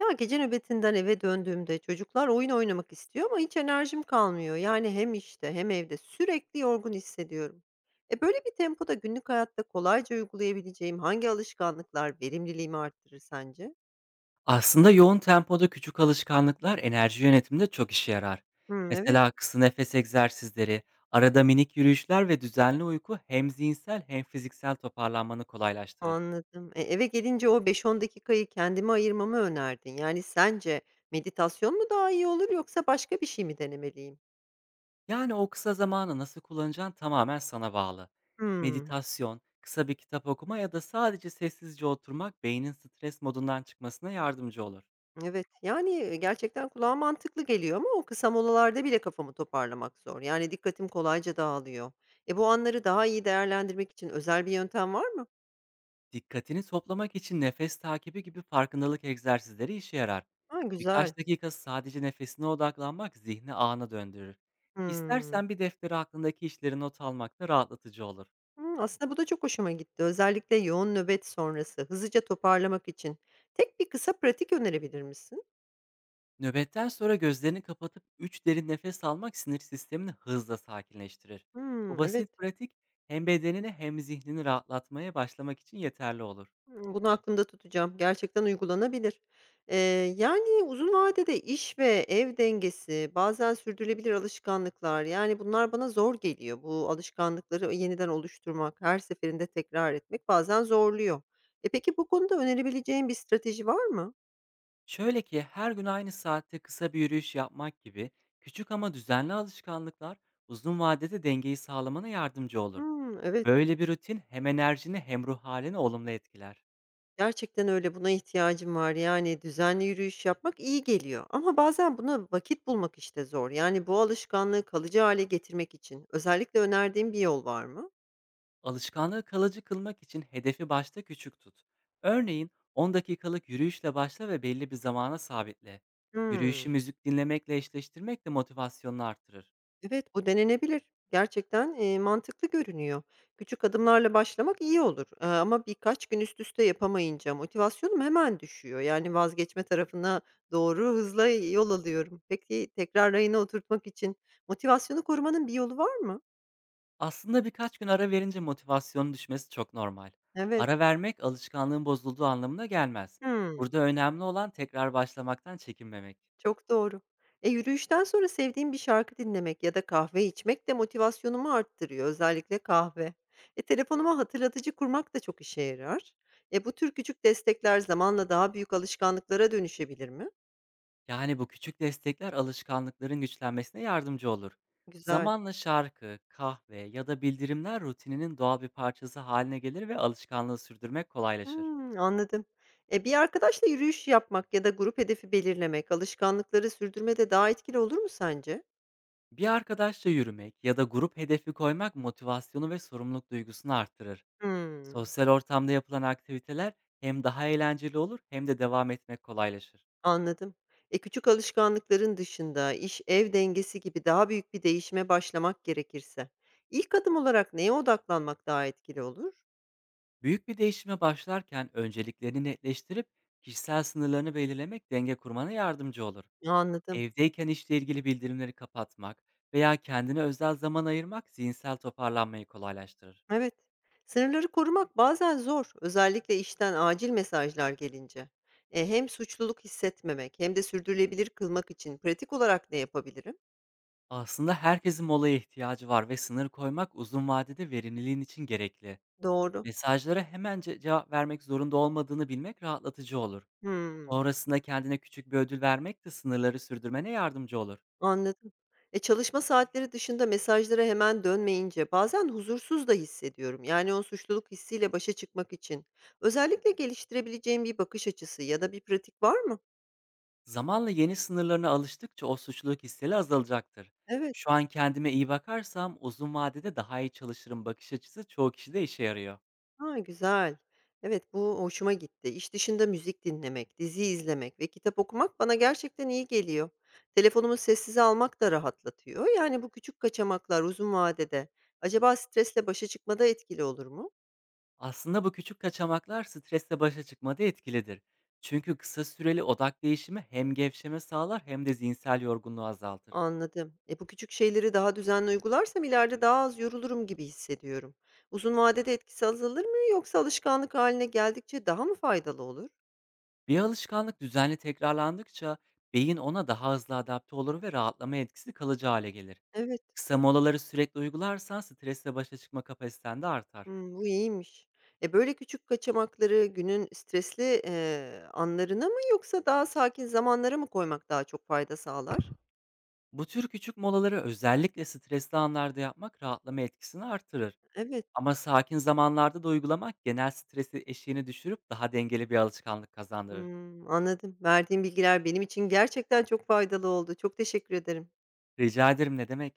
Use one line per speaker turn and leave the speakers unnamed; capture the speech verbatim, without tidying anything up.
Ya, gece nöbetinden eve döndüğümde çocuklar oyun oynamak istiyor ama hiç enerjim kalmıyor. Yani hem işte hem evde sürekli yorgun hissediyorum. E böyle bir tempoda günlük hayatta kolayca uygulayabileceğim hangi alışkanlıklar verimliliğimi arttırır sence?
Aslında yoğun tempoda küçük alışkanlıklar enerji yönetiminde çok işe yarar.
Hımm, evet,
Mesela kısa nefes egzersizleri, arada minik yürüyüşler ve düzenli uyku hem zihinsel hem fiziksel toparlanmanı kolaylaştırır.
anladım. E, eve gelince o beş on dakikayı kendime ayırmamı önerdin. Yani sence meditasyon mu daha iyi olur yoksa başka bir şey mi denemeliyim?
Yani o kısa zamanı nasıl kullanacağın tamamen sana bağlı.
Hımm.
Meditasyon, kısa bir kitap okuma ya da sadece sessizce oturmak beynin stres modundan çıkmasına yardımcı olur.
Evet, yani, gerçekten kulağa mantıklı geliyor ama o kısa molalarda bile kafamı toparlamak zor. Yani dikkatim kolayca dağılıyor. E, bu anları daha iyi değerlendirmek için özel bir yöntem var mı?
Dikkatini toplamak için nefes takibi gibi farkındalık egzersizleri işe yarar.
Ha, güzel.
Birkaç dakika sadece nefesine odaklanmak zihni ana döndürür.
Hımm.
İstersen bir deftere aklındaki işleri not almak da rahatlatıcı olur.
Hımm, aslında bu da çok hoşuma gitti. Özellikle yoğun nöbet sonrası hızlıca toparlamak için tek bir kısa pratik önerebilir misin?
Nöbetten sonra gözlerini kapatıp üç derin nefes almak sinir sistemini hızla sakinleştirir. Bu
Hımm, evet.
basit pratik hem bedenini hem zihnini rahatlatmaya başlamak için yeterli olur.
Hımm, bunu aklımda tutacağım. Gerçekten uygulanabilir. Eee, yani, uzun vadede iş ve ev dengesi, bazen sürdürülebilir alışkanlıklar, yani, bunlar bana zor geliyor. Bu alışkanlıkları yeniden oluşturmak, her seferinde tekrar etmek bazen zorluyor. E, peki bu konuda önerebileceğin bir strateji var mı?
Şöyle ki, her gün aynı saatte kısa bir yürüyüş yapmak gibi küçük ama düzenli alışkanlıklar uzun vadede dengeyi sağlamana yardımcı olur.
Hımm, evet,
Böyle bir rutin hem enerjini hem ruh halini olumlu etkiler.
gerçekten öyle, buna ihtiyacım var. Yani, düzenli yürüyüş yapmak iyi geliyor ama bazen buna vakit bulmak, işte, zor. Yani, bu alışkanlığı kalıcı hale getirmek için özellikle önerdiğin bir yol var mı?
Alışkanlığı kalıcı kılmak için hedefi başta küçük tut. Örneğin on dakikalık yürüyüşle başla ve belli bir zamana sabitle. Yürüyüşü
Hmm,
müzik dinlemekle eşleştirmek de motivasyonunu artırır.
Evet, bu denenebilir. Gerçekten, eee, mantıklı görünüyor. Küçük adımlarla başlamak iyi olur, eee, ama birkaç gün üst üste yapamayınca motivasyonum hemen düşüyor. Yani vazgeçme tarafına doğru hızla yol alıyorum. Peki tekrar rayına oturtmak için motivasyonu korumanın bir yolu var mı?
Aslında birkaç gün ara verince motivasyonun düşmesi çok normal.
Evet.
Ara vermek alışkanlığın bozulduğu anlamına gelmez.
Hıı.
Burada önemli olan tekrar başlamaktan çekinmemek.
Çok doğru. E, yürüyüşten sonra sevdiğim bir şarkı dinlemek ya da kahve içmek de motivasyonumu arttırıyor, özellikle kahve. E, telefonuma hatırlatıcı kurmak da çok işe yarar. E, bu tür küçük destekler zamanla daha büyük alışkanlıklara dönüşebilir mi?
Yani bu küçük destekler alışkanlıkların güçlenmesine yardımcı olur.
Güzel.
Zamanla şarkı, kahve ya da bildirimler rutininin doğal bir parçası haline gelir ve alışkanlığı sürdürmek kolaylaşır.
Hmm, anladım. E, bir arkadaşla yürüyüş yapmak ya da grup hedefi belirlemek alışkanlıkları sürdürmede daha etkili olur mu sence?
Bir arkadaşla yürümek ya da grup hedefi koymak motivasyonu ve sorumluluk duygusunu arttırır.
Hmm.
Sosyal ortamda yapılan aktiviteler hem daha eğlenceli olur hem de devam etmek kolaylaşır.
Anladım. E, küçük alışkanlıkların dışında iş, ev dengesi gibi daha büyük bir değişime başlamak gerekirse, ilk adım olarak neye odaklanmak daha etkili olur?
Büyük bir değişime başlarken önceliklerini netleştirip kişisel sınırlarını belirlemek denge kurmana yardımcı olur.
Anladım.
Evdeyken işle ilgili bildirimleri kapatmak veya kendine özel zaman ayırmak zihinsel toparlanmayı kolaylaştırır.
Evet. Sınırları korumak bazen zor, özellikle işten acil mesajlar gelince. E, hem suçluluk hissetmemek hem de sürdürülebilir kılmak için pratik olarak ne yapabilirim?
Aslında herkesin molaya ihtiyacı var ve sınır koymak uzun vadede verimliliğin için gerekli.
Doğru.
Mesajlara hemen ce- cevap vermek zorunda olmadığını bilmek rahatlatıcı olur.
Hmm.
Sonrasında kendine küçük bir ödül vermek de sınırları sürdürmene yardımcı olur.
Anladım. E, çalışma saatleri dışında mesajlara hemen dönmeyince bazen huzursuz da hissediyorum. Yani o suçluluk hissiyle başa çıkmak için özellikle geliştirebileceğim bir bakış açısı ya da bir pratik var mı?
Zamanla yeni sınırlarına alıştıkça o suçluluk hisseli azalacaktır.
Evet.
Şu an kendime iyi bakarsam uzun vadede daha iyi çalışırım bakış açısı çoğu kişide işe yarıyor.
Ha, güzel. Evet, bu hoşuma gitti. İş dışında müzik dinlemek, dizi izlemek ve kitap okumak bana gerçekten iyi geliyor. Telefonumu sessize almak da rahatlatıyor. Yani bu küçük kaçamaklar uzun vadede acaba stresle başa çıkmada etkili olur mu?
Aslında bu küçük kaçamaklar stresle başa çıkmada etkilidir. Çünkü kısa süreli odak değişimi hem gevşeme sağlar hem de zihinsel yorgunluğu azaltır.
Anladım. E, bu küçük şeyleri daha düzenli uygularsam ileride daha az yorulurum gibi hissediyorum. Uzun vadede etkisi azalır mı yoksa alışkanlık haline geldikçe daha mı faydalı olur?
Bir alışkanlık düzenli tekrarlandıkça beyin ona daha hızlı adapte olur ve rahatlama etkisi kalıcı hale gelir.
Evet.
Kısa molaları sürekli uygularsan stresle başa çıkma kapasiten de artar.
Hmm, bu iyiymiş. E, böyle küçük kaçamakları günün stresli e, anlarına mı yoksa daha sakin zamanlara mı koymak daha çok fayda sağlar?
Bu tür küçük molaları özellikle stresli anlarda yapmak rahatlama etkisini artırır.
Evet.
Ama sakin zamanlarda da uygulamak genel stresi eşiğini düşürüp daha dengeli bir alışkanlık kazandırır.
Hmm, anladım. Verdiğin bilgiler benim için gerçekten çok faydalı oldu. Çok teşekkür ederim.
Rica ederim, ne demek?